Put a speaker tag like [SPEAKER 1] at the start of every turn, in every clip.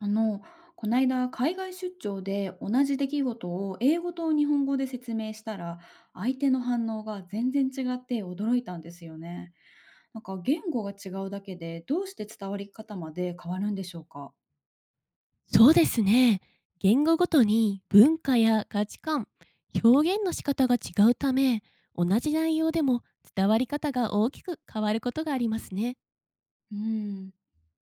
[SPEAKER 1] あの、こないだ海外出張で同じ出来事を英語と日本語で説明したら、相手の反応が全然違って驚いたんですよね。なんか言語が違うだけで、どうして伝わり方まで変わるんでしょうか。
[SPEAKER 2] そうですね。言語ごとに文化や価値観、表現の仕方が違うため、同じ内容でも伝わり方が大きく変わることがありますね。
[SPEAKER 1] うん、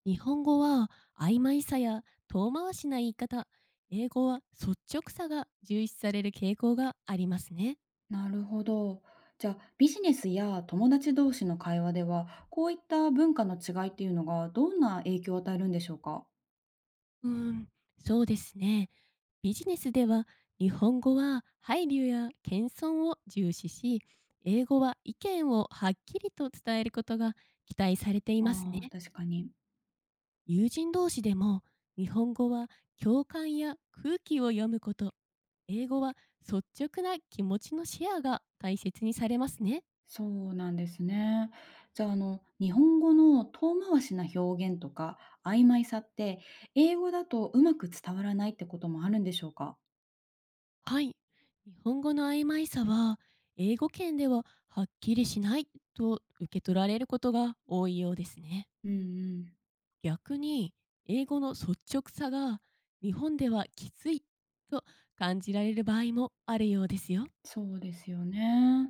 [SPEAKER 2] 日本語は曖昧さや遠回しな言い方、英語は率直さが重視される傾向がありますね。
[SPEAKER 1] なるほど。じゃあビジネスや友達同士の会話では、こういった文化の違いっていうのがどんな影響を与えるんでしょうか。
[SPEAKER 2] うーん、そうですね。ビジネスでは、日本語は配慮や謙遜を重視し、英語は意見をはっきりと伝えることが期待されています
[SPEAKER 1] ああ
[SPEAKER 2] ね。
[SPEAKER 1] ー、確かに。
[SPEAKER 2] 友人同士でも、日本語は共感や空気を読むこと、英語は率直な気持ちのシェアが大切にされますね。
[SPEAKER 1] そうなんですね。じゃあ、日本語の遠回しな表現とか曖昧さって、英語だとうまく伝わらないってこともあるんでしょうか？
[SPEAKER 2] はい。日本語の曖昧さは、英語圏でははっきりしないと受け取られることが多いようですね。
[SPEAKER 1] うんうん。
[SPEAKER 2] 逆に、英語の率直さが日本ではきついと感じられる場合もあるようですよ。
[SPEAKER 1] そうですよね。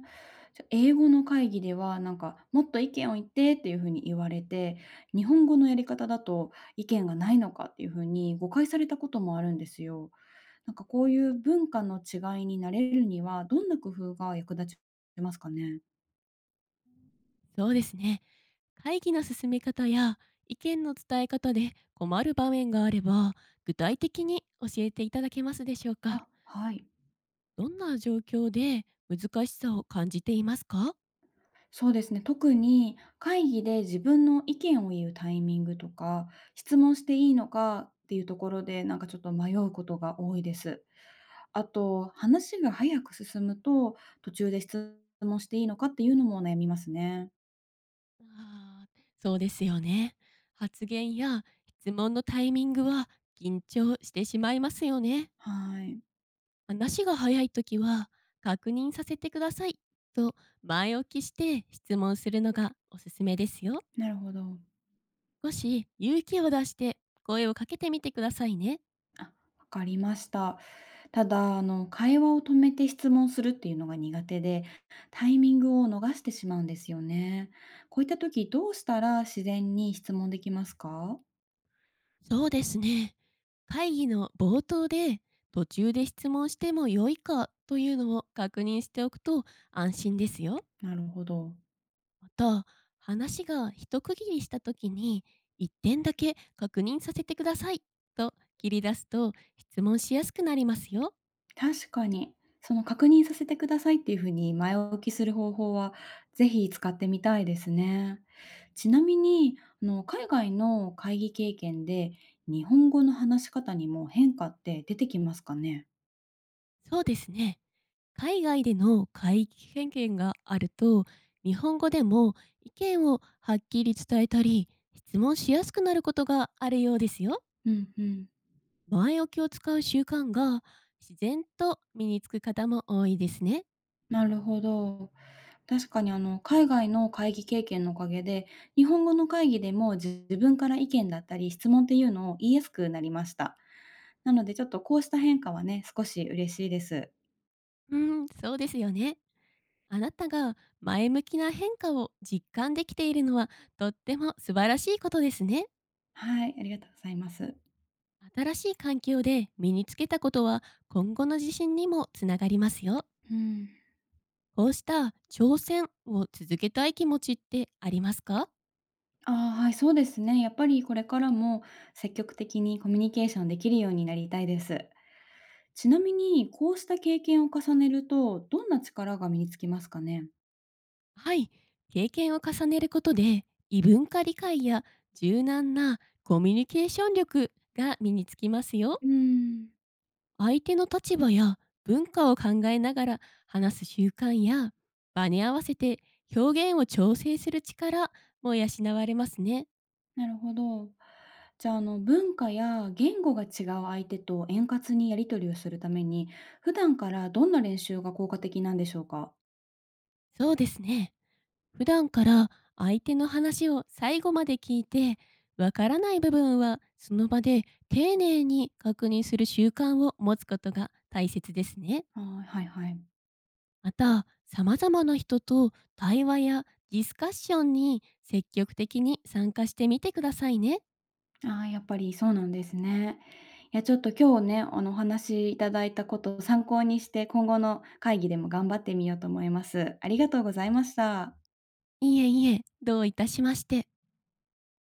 [SPEAKER 1] じゃ英語の会議では、なんか、もっと意見を言ってっていうふうに言われて、日本語のやり方だと意見がないのかっていうふうに誤解されたこともあるんですよ。なんかこういう文化の違いになれるには、どんな工夫が役立ちますかね。
[SPEAKER 2] そうですね。会議の進め方や意見の伝え方で困る場面があれば、具体的に教えていただけますでしょうか。
[SPEAKER 1] あ、はい。
[SPEAKER 2] どんな状況で難しさを感じていますか？
[SPEAKER 1] そうですね。特に会議で自分の意見を言うタイミングとか、質問していいのかっていうところで、なんかちょっと迷うことが多いです。あと、話が早く進むと、途中で質問していいのかっていうのも悩みますね。
[SPEAKER 2] あーそうですよね。発言や質問のタイミングは緊張してしまいますよね。
[SPEAKER 1] はい。
[SPEAKER 2] 話が早い時は、確認させてください、と前置きして質問するのがおすすめですよ。
[SPEAKER 1] なるほど。
[SPEAKER 2] 少し勇気を出して声をかけてみてくださいね。
[SPEAKER 1] あ、わかりました。ただ、会話を止めて質問するっていうのが苦手で、タイミングを逃してしまうんですよね。こういった時、どうしたら自然に質問できますか？
[SPEAKER 2] そうですね。会議の冒頭で、途中で質問しても良いかというのを確認しておくと安心ですよ。
[SPEAKER 1] なるほど。
[SPEAKER 2] また、話が一区切りした時に、一点だけ確認させてください、と切り出すと質問しやすくなりますよ。
[SPEAKER 1] 確かに、その確認させてくださいっていうふうに前置きする方法は、ぜひ使ってみたいですね。ちなみに、海外の会議経験で、日本語の話し方にも変化って出てきますかね？
[SPEAKER 2] そうですね。海外での会議経験があると、日本語でも意見をはっきり伝えたり、質問しやすくなることがあるようですよ。
[SPEAKER 1] うんうん。
[SPEAKER 2] 前置きを使う習慣が自然と身につく方も多いですね。
[SPEAKER 1] なるほど。確かにあの海外の会議経験のおかげで日本語の会議でも自分から意見だったり質問っていうのを言いやすくなりました。なのでちょっとこうした変化はね、少し嬉しいです。
[SPEAKER 2] うん、そうですよね。あなたが前向きな変化を実感できているのは、とっても素晴らしいことですね。
[SPEAKER 1] はい、ありがとうございます。
[SPEAKER 2] 新しい環境で身につけたことは、今後の自信にもつながりますよ。
[SPEAKER 1] うん。
[SPEAKER 2] こうした挑戦を続けたい気持ちってありますか？
[SPEAKER 1] ああ、はい、そうですね。やっぱりこれからも積極的にコミュニケーションできるようになりたいです。ちなみに、こうした経験を重ねると、どんな力が身につきますかね？
[SPEAKER 2] はい。経験を重ねることで、異文化理解や柔軟なコミュニケーション力が身につきますよ。
[SPEAKER 1] うーん。
[SPEAKER 2] 相手の立場や文化を考えながら話す習慣や、場に合わせて表現を調整する力も養われますね。
[SPEAKER 1] なるほど。じゃあ、文化や言語が違う相手と円滑にやり取りをするために、普段からどんな練習が効果的なんでしょうか？
[SPEAKER 2] そうですね。普段から、相手の話を最後まで聞いて、わからない部分はその場で丁寧に確認する習慣を持つことが大切ですね。
[SPEAKER 1] ああ、はいはい。
[SPEAKER 2] また、様々な人と対話やディスカッションに積極的に参加してみてくださいね。
[SPEAKER 1] ああ、やっぱりそうなんですね。いや、ちょっと今日ね、お話いただいたことを参考にして、今後の会議でも頑張ってみようと思います。ありがとうございました。
[SPEAKER 2] いえいえ、どういたしまして。